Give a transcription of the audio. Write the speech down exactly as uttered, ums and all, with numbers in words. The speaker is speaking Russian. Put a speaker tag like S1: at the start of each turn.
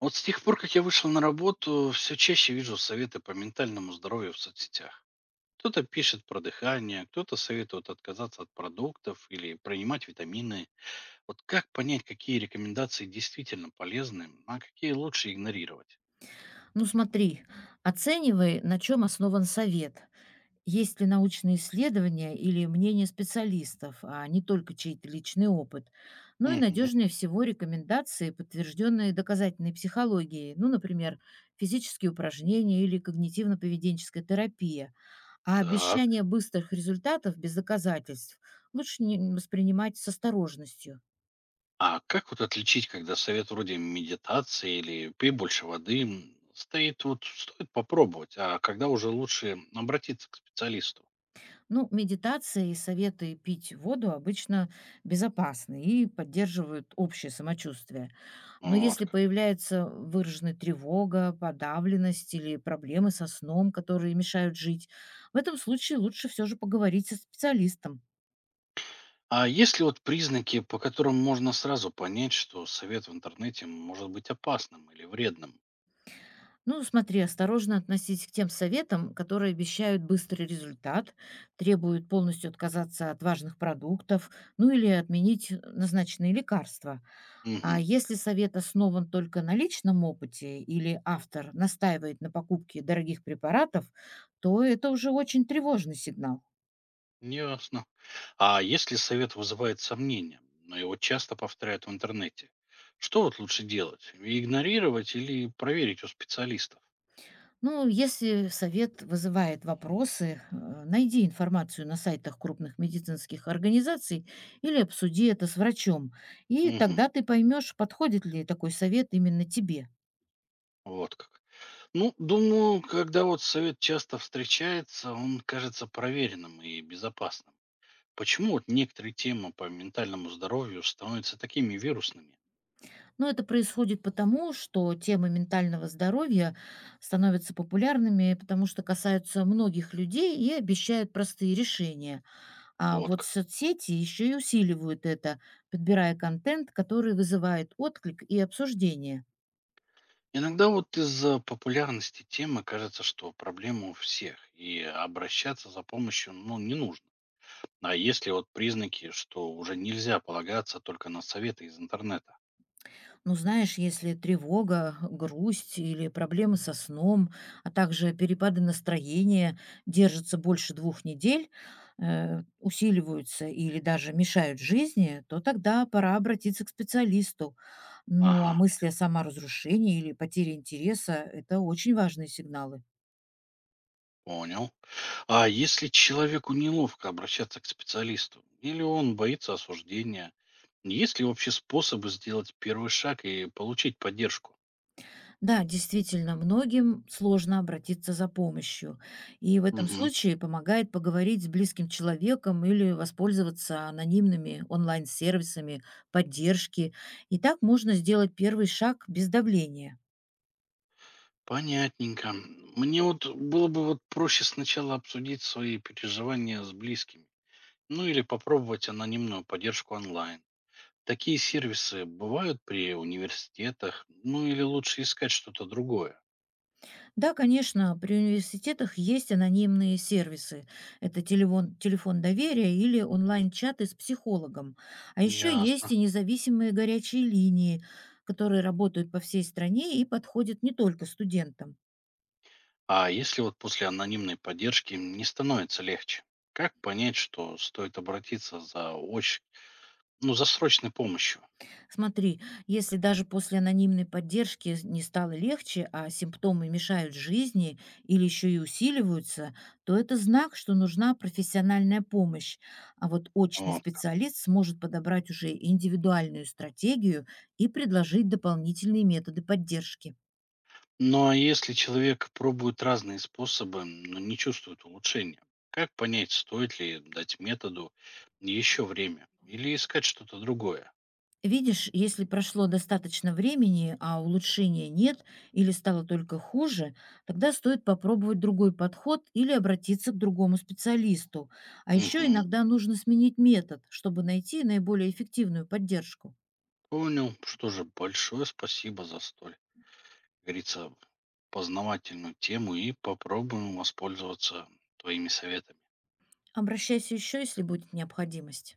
S1: Вот с тех пор, как я вышел на работу, все чаще вижу советы по ментальному здоровью в соцсетях. Кто-то пишет про дыхание, кто-то советует отказаться от продуктов или принимать витамины. Вот как понять, какие рекомендации действительно полезны, а какие лучше игнорировать?
S2: Ну смотри, оценивай, на чем основан совет. Есть ли научные исследования или мнение специалистов, а не только чей-то личный опыт. Ну и
S1: Мгм.
S2: надежнее всего рекомендации, подтвержденные доказательной психологией, ну, например, физические упражнения или когнитивно-поведенческая терапия. А
S1: Так.
S2: обещания быстрых результатов без доказательств лучше не- воспринимать с осторожностью.
S1: А как вот отличить, когда совет вроде медитации или пей больше воды м, стоит, вот стоит попробовать, а когда уже лучше обратиться к специалисту?
S2: Ну, медитации и советы пить воду обычно безопасны и поддерживают общее самочувствие. Но
S1: Вот
S2: если
S1: как.
S2: появляется выраженная тревога, подавленность или проблемы со сном, которые мешают жить, в этом случае лучше все же поговорить со специалистом.
S1: А есть ли вот признаки, по которым можно сразу понять, что совет в интернете может быть опасным или вредным?
S2: Ну, смотри, осторожно относись к тем советам, которые обещают быстрый результат, требуют полностью отказаться от важных продуктов, ну или отменить назначенные лекарства. А
S1: Угу,
S2: если совет основан только на личном опыте или автор настаивает на покупке дорогих препаратов, то это уже очень тревожный сигнал.
S1: ясно. А если совет вызывает сомнения, но его часто повторяют в интернете, что вот лучше делать? Игнорировать или проверить у специалистов?
S2: Ну, если совет вызывает вопросы, э, найди информацию на сайтах крупных медицинских организаций или обсуди это с врачом, и
S1: Угу,
S2: тогда ты поймешь, подходит ли такой совет именно тебе.
S1: вот как. Ну, думаю, когда вот совет часто встречается, он кажется проверенным и безопасным. Почему вот некоторые темы по ментальному здоровью становятся такими вирусными?
S2: Но это происходит потому, что темы ментального здоровья становятся популярными, потому что касаются многих людей и обещают простые решения. А
S1: Вот
S2: вот
S1: как.
S2: соцсети еще и усиливают это, подбирая контент, который вызывает отклик и обсуждение.
S1: Иногда вот из-за популярности темы кажется, что проблема у всех, и обращаться за помощью, ну, не нужно. А если вот признаки, что уже нельзя полагаться только на советы из интернета?
S2: Ну, знаешь, если тревога, грусть или проблемы со сном, а также перепады настроения держатся больше двух недель, э, усиливаются или даже мешают жизни, то тогда пора обратиться к специалисту. Ну, а
S1: Ага,
S2: мысли о саморазрушении или потере интереса – это очень важные сигналы.
S1: понял. А если человеку неловко обращаться к специалисту или он боится осуждения, есть ли вообще способы сделать первый шаг и получить поддержку?
S2: Да, действительно, многим сложно обратиться за помощью. И в этом
S1: Мгм.
S2: случае помогает поговорить с близким человеком или воспользоваться анонимными онлайн-сервисами поддержки. И так можно сделать первый шаг без давления.
S1: Понятненько. Мне вот было бы вот проще сначала обсудить свои переживания с близкими. Ну или попробовать анонимную поддержку онлайн. Такие сервисы бывают при университетах, ну или лучше искать что-то другое?
S2: Да, конечно, при университетах есть анонимные сервисы. Это телефон, телефон доверия или онлайн-чаты с психологом. А еще есть
S1: Ясно.
S2: и независимые горячие линии, которые работают по всей стране и подходят не только студентам.
S1: А если вот после анонимной поддержки не становится легче, как понять, что стоит обратиться за очень, ну за срочной помощью?
S2: Смотри, если даже после анонимной поддержки не стало легче, а симптомы мешают жизни или еще и усиливаются, то это знак, что нужна профессиональная помощь. А вот очный
S1: Вот как.
S2: специалист сможет подобрать уже индивидуальную стратегию и предложить дополнительные методы поддержки.
S1: Ну а если человек пробует разные способы, но не чувствует улучшения, как понять, стоит ли дать методу еще время или искать что-то другое?
S2: Видишь, если прошло достаточно времени, а улучшения нет или стало только хуже, тогда стоит попробовать другой подход или обратиться к другому специалисту. А еще
S1: Мгм.
S2: иногда нужно сменить метод, чтобы найти наиболее эффективную поддержку.
S1: Понял. Что же, большое спасибо за столь, как говорится, познавательную тему, и попробуем воспользоваться твоими советами.
S2: Обращайся еще, если будет необходимость.